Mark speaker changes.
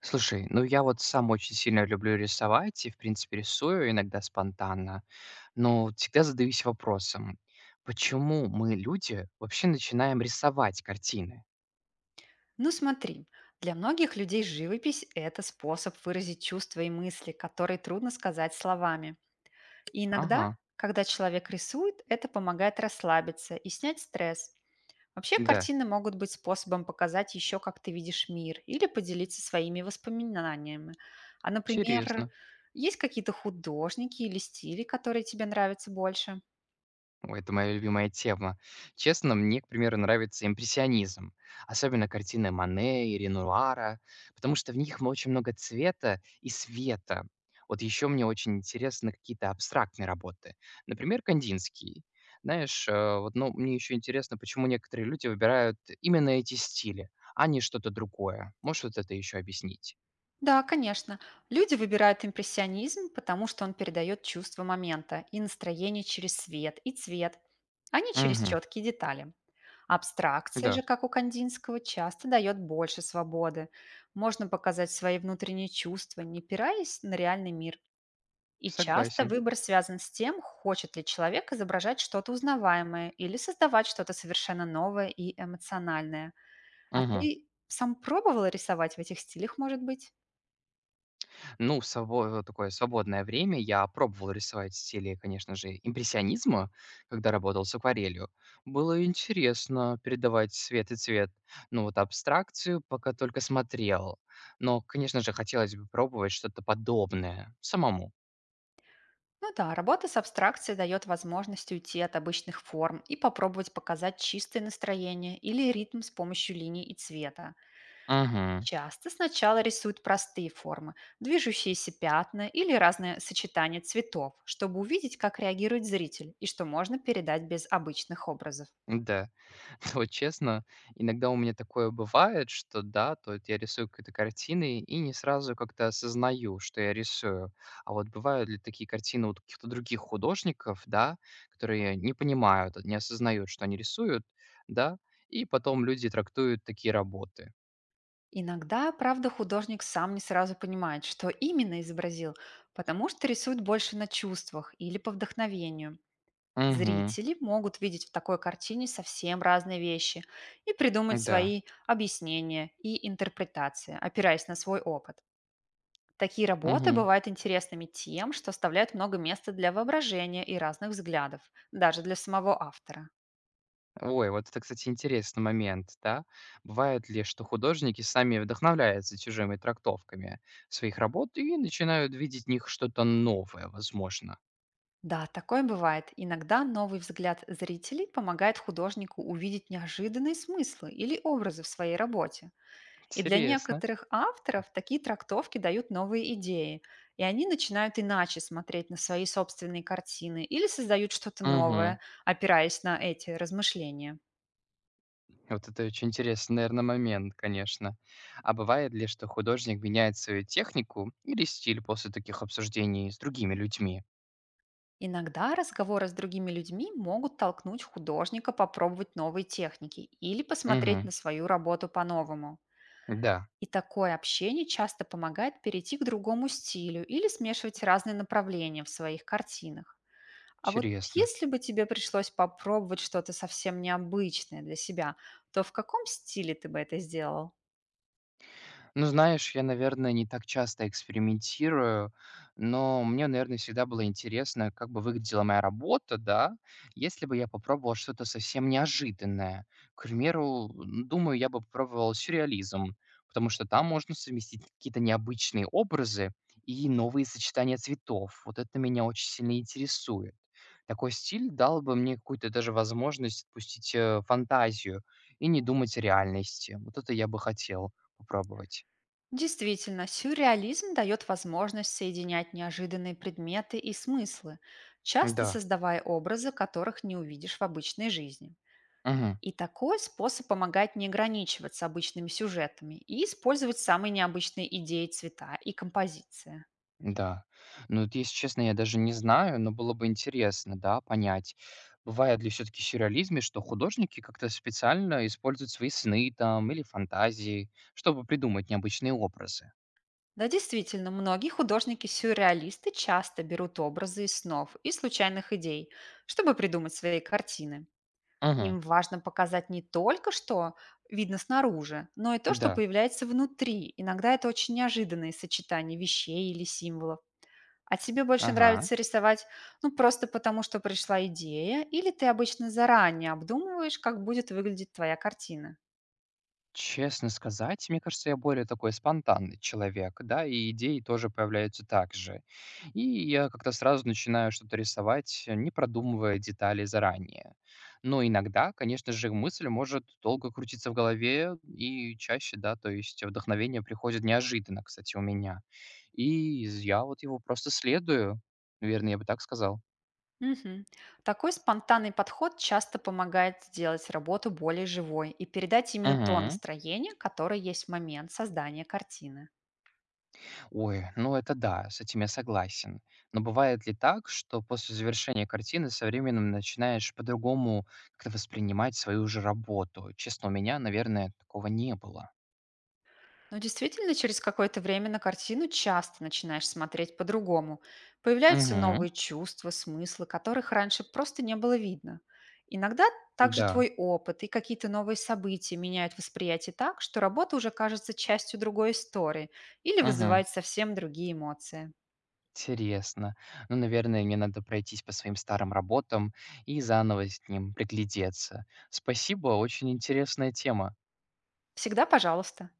Speaker 1: Слушай, ну я вот сам очень сильно люблю рисовать и, в принципе, рисую иногда спонтанно, но всегда задаюсь вопросом, почему мы, люди, вообще начинаем рисовать картины?
Speaker 2: Ну смотри, для многих людей живопись– это способ выразить чувства и мысли, которые трудно сказать словами. И иногда,
Speaker 1: Ага,
Speaker 2: когда человек рисует, это помогает расслабиться и снять стресс. Вообще
Speaker 1: да,
Speaker 2: картины могут быть способом показать еще, как ты видишь мир, или поделиться своими воспоминаниями. А, например,
Speaker 1: интересно.
Speaker 2: есть какие-то художники или стили, которые тебе нравятся больше?
Speaker 1: Ой, это моя любимая тема. Честно, мне, к примеру, нравится импрессионизм, особенно картины Мане и Ренуара, потому что в них очень много цвета и света. Вот еще мне очень интересны какие-то абстрактные работы. Например, Кандинский. Знаешь, вот, ну, мне еще интересно, почему некоторые люди выбирают именно эти стили, а не что-то другое. Можешь вот это еще объяснить?
Speaker 2: Да, конечно. Люди выбирают импрессионизм, потому что он передает чувство момента и настроение через свет и цвет, а не через
Speaker 1: Угу,
Speaker 2: четкие детали. Абстракция
Speaker 1: да,
Speaker 2: же, как у Кандинского, часто дает больше свободы. Можно показать свои внутренние чувства, не опираясь на реальный мир. И часто
Speaker 1: согласен.
Speaker 2: выбор связан с тем, хочет ли человек изображать что-то узнаваемое или создавать что-то совершенно новое и эмоциональное. А
Speaker 1: Угу.
Speaker 2: ты сам пробовала рисовать в этих стилях, может быть?
Speaker 1: Ну, в сабо такое свободное время я пробовал рисовать в стиле, конечно же, импрессионизма, когда работал с акварелью. Было интересно передавать свет и цвет, ну вот абстракцию пока только смотрел. Но, конечно же, хотелось бы пробовать что-то подобное самому.
Speaker 2: Ну да, работа с абстракцией дает возможность уйти от обычных форм и попробовать показать чистое настроение или ритм с помощью линий и цвета.
Speaker 1: Угу,
Speaker 2: Часто сначала рисуют простые формы, движущиеся пятна или разные сочетания цветов, чтобы увидеть, как реагирует зритель и что можно передать без обычных образов.
Speaker 1: да. Вот честно, иногда у меня такое бывает, что да, то вот я рисую какие-то картины и не сразу как-то осознаю, что я рисую. А вот бывают ли такие картины у каких-то других художников, да, которые не понимают, не осознают, что они рисуют, да, и потом люди трактуют такие работы.
Speaker 2: Иногда, правда, художник сам не сразу понимает, что именно изобразил, потому что рисует больше на чувствах или по вдохновению.
Speaker 1: Угу,
Speaker 2: Зрители могут видеть в такой картине совсем разные вещи и придумать
Speaker 1: да,
Speaker 2: свои объяснения и интерпретации, опираясь на свой опыт. Такие работы
Speaker 1: угу.
Speaker 2: бывают интересными тем, что оставляют много места для воображения и разных взглядов, даже для самого автора.
Speaker 1: Ой, вот это, кстати, интересный момент, да. Бывает ли, что художники сами вдохновляются чужими трактовками своих работ и начинают видеть в них что-то новое, возможно?
Speaker 2: Да, такое бывает. Иногда новый взгляд зрителей помогает художнику увидеть неожиданные смыслы или образы в своей работе. И для
Speaker 1: Интересно.
Speaker 2: некоторых авторов такие трактовки дают новые идеи, и они начинают иначе смотреть на свои собственные картины или создают что-то
Speaker 1: Угу.
Speaker 2: новое, опираясь на эти размышления.
Speaker 1: Вот это очень интересный, наверное, момент, конечно. А бывает ли, что художник меняет свою технику или стиль после таких обсуждений с другими людьми?
Speaker 2: Иногда разговоры с другими людьми могут толкнуть художника попробовать новые техники или посмотреть
Speaker 1: Угу.
Speaker 2: на свою работу по-новому.
Speaker 1: Да,
Speaker 2: И такое общение часто помогает перейти к другому стилю или смешивать разные направления в своих картинах. А вот
Speaker 1: интересно.
Speaker 2: если бы тебе пришлось попробовать что-то совсем необычное для себя, то в каком стиле ты бы это сделал?
Speaker 1: Ну, знаешь, я, наверное, не так часто экспериментирую, но мне, наверное, всегда было интересно, как бы выглядела моя работа, да, если бы я попробовал что-то совсем неожиданное. К примеру, думаю, я бы попробовал сюрреализм, потому что там можно совместить какие-то необычные образы и новые сочетания цветов. Вот это меня очень сильно интересует. Такой стиль дал бы мне какую-то даже возможность отпустить фантазию и не думать о реальности. Вот это я бы хотел попробовать.
Speaker 2: Действительно, сюрреализм дает возможность соединять неожиданные предметы и смыслы, часто
Speaker 1: Да,
Speaker 2: создавая образы, которых не увидишь в обычной жизни.
Speaker 1: мгм,
Speaker 2: И такой способ помогает не ограничиваться обычными сюжетами и использовать самые необычные идеи, цвета и композиции.
Speaker 1: да. Ну, вот если честно, я даже не знаю, но было бы интересно, да, понять, бывает ли все-таки в сюрреализме, что художники как-то специально используют свои сны там или фантазии, чтобы придумать необычные образы.
Speaker 2: Да, действительно, многие художники-сюрреалисты часто берут образы из снов и случайных идей, чтобы придумать свои картины.
Speaker 1: Мгм,
Speaker 2: Им важно показать не только, что видно снаружи, но и то, что
Speaker 1: да,
Speaker 2: появляется внутри. Иногда это очень неожиданные сочетания вещей или символов. А тебе больше
Speaker 1: ага.
Speaker 2: нравится рисовать, ну, просто потому, что пришла идея, или ты обычно заранее обдумываешь, как будет выглядеть твоя картина?
Speaker 1: Честно сказать, мне кажется, я более такой спонтанный человек, да, и идеи тоже появляются так же. И я как-то сразу начинаю что-то рисовать, не продумывая детали заранее. Но иногда, конечно же, мысль может долго крутиться в голове и чаще, да, то есть вдохновение приходит неожиданно, кстати, у меня. И я вот его просто следую, наверное, я бы так сказал.
Speaker 2: Мгм. Такой спонтанный подход часто помогает сделать работу более живой и передать именно то
Speaker 1: Мгм.
Speaker 2: настроение, которое есть в момент создания картины.
Speaker 1: Ой, ну это да, с этим я согласен. Но бывает ли так, что после завершения картины со временем начинаешь по-другому как-то воспринимать свою же работу? Честно, у меня, наверное, такого не было.
Speaker 2: Но действительно, через какое-то время на картину часто начинаешь смотреть по-другому. Появляются
Speaker 1: Угу.
Speaker 2: новые чувства, смыслы, которых раньше просто не было видно. Иногда также
Speaker 1: Да.
Speaker 2: твой опыт и какие-то новые события меняют восприятие так, что работа уже кажется частью другой истории или
Speaker 1: Угу.
Speaker 2: вызывает совсем другие эмоции.
Speaker 1: Интересно. Ну, наверное, мне надо пройтись по своим старым работам и заново с ним приглядеться. Спасибо, очень интересная тема.
Speaker 2: Всегда пожалуйста.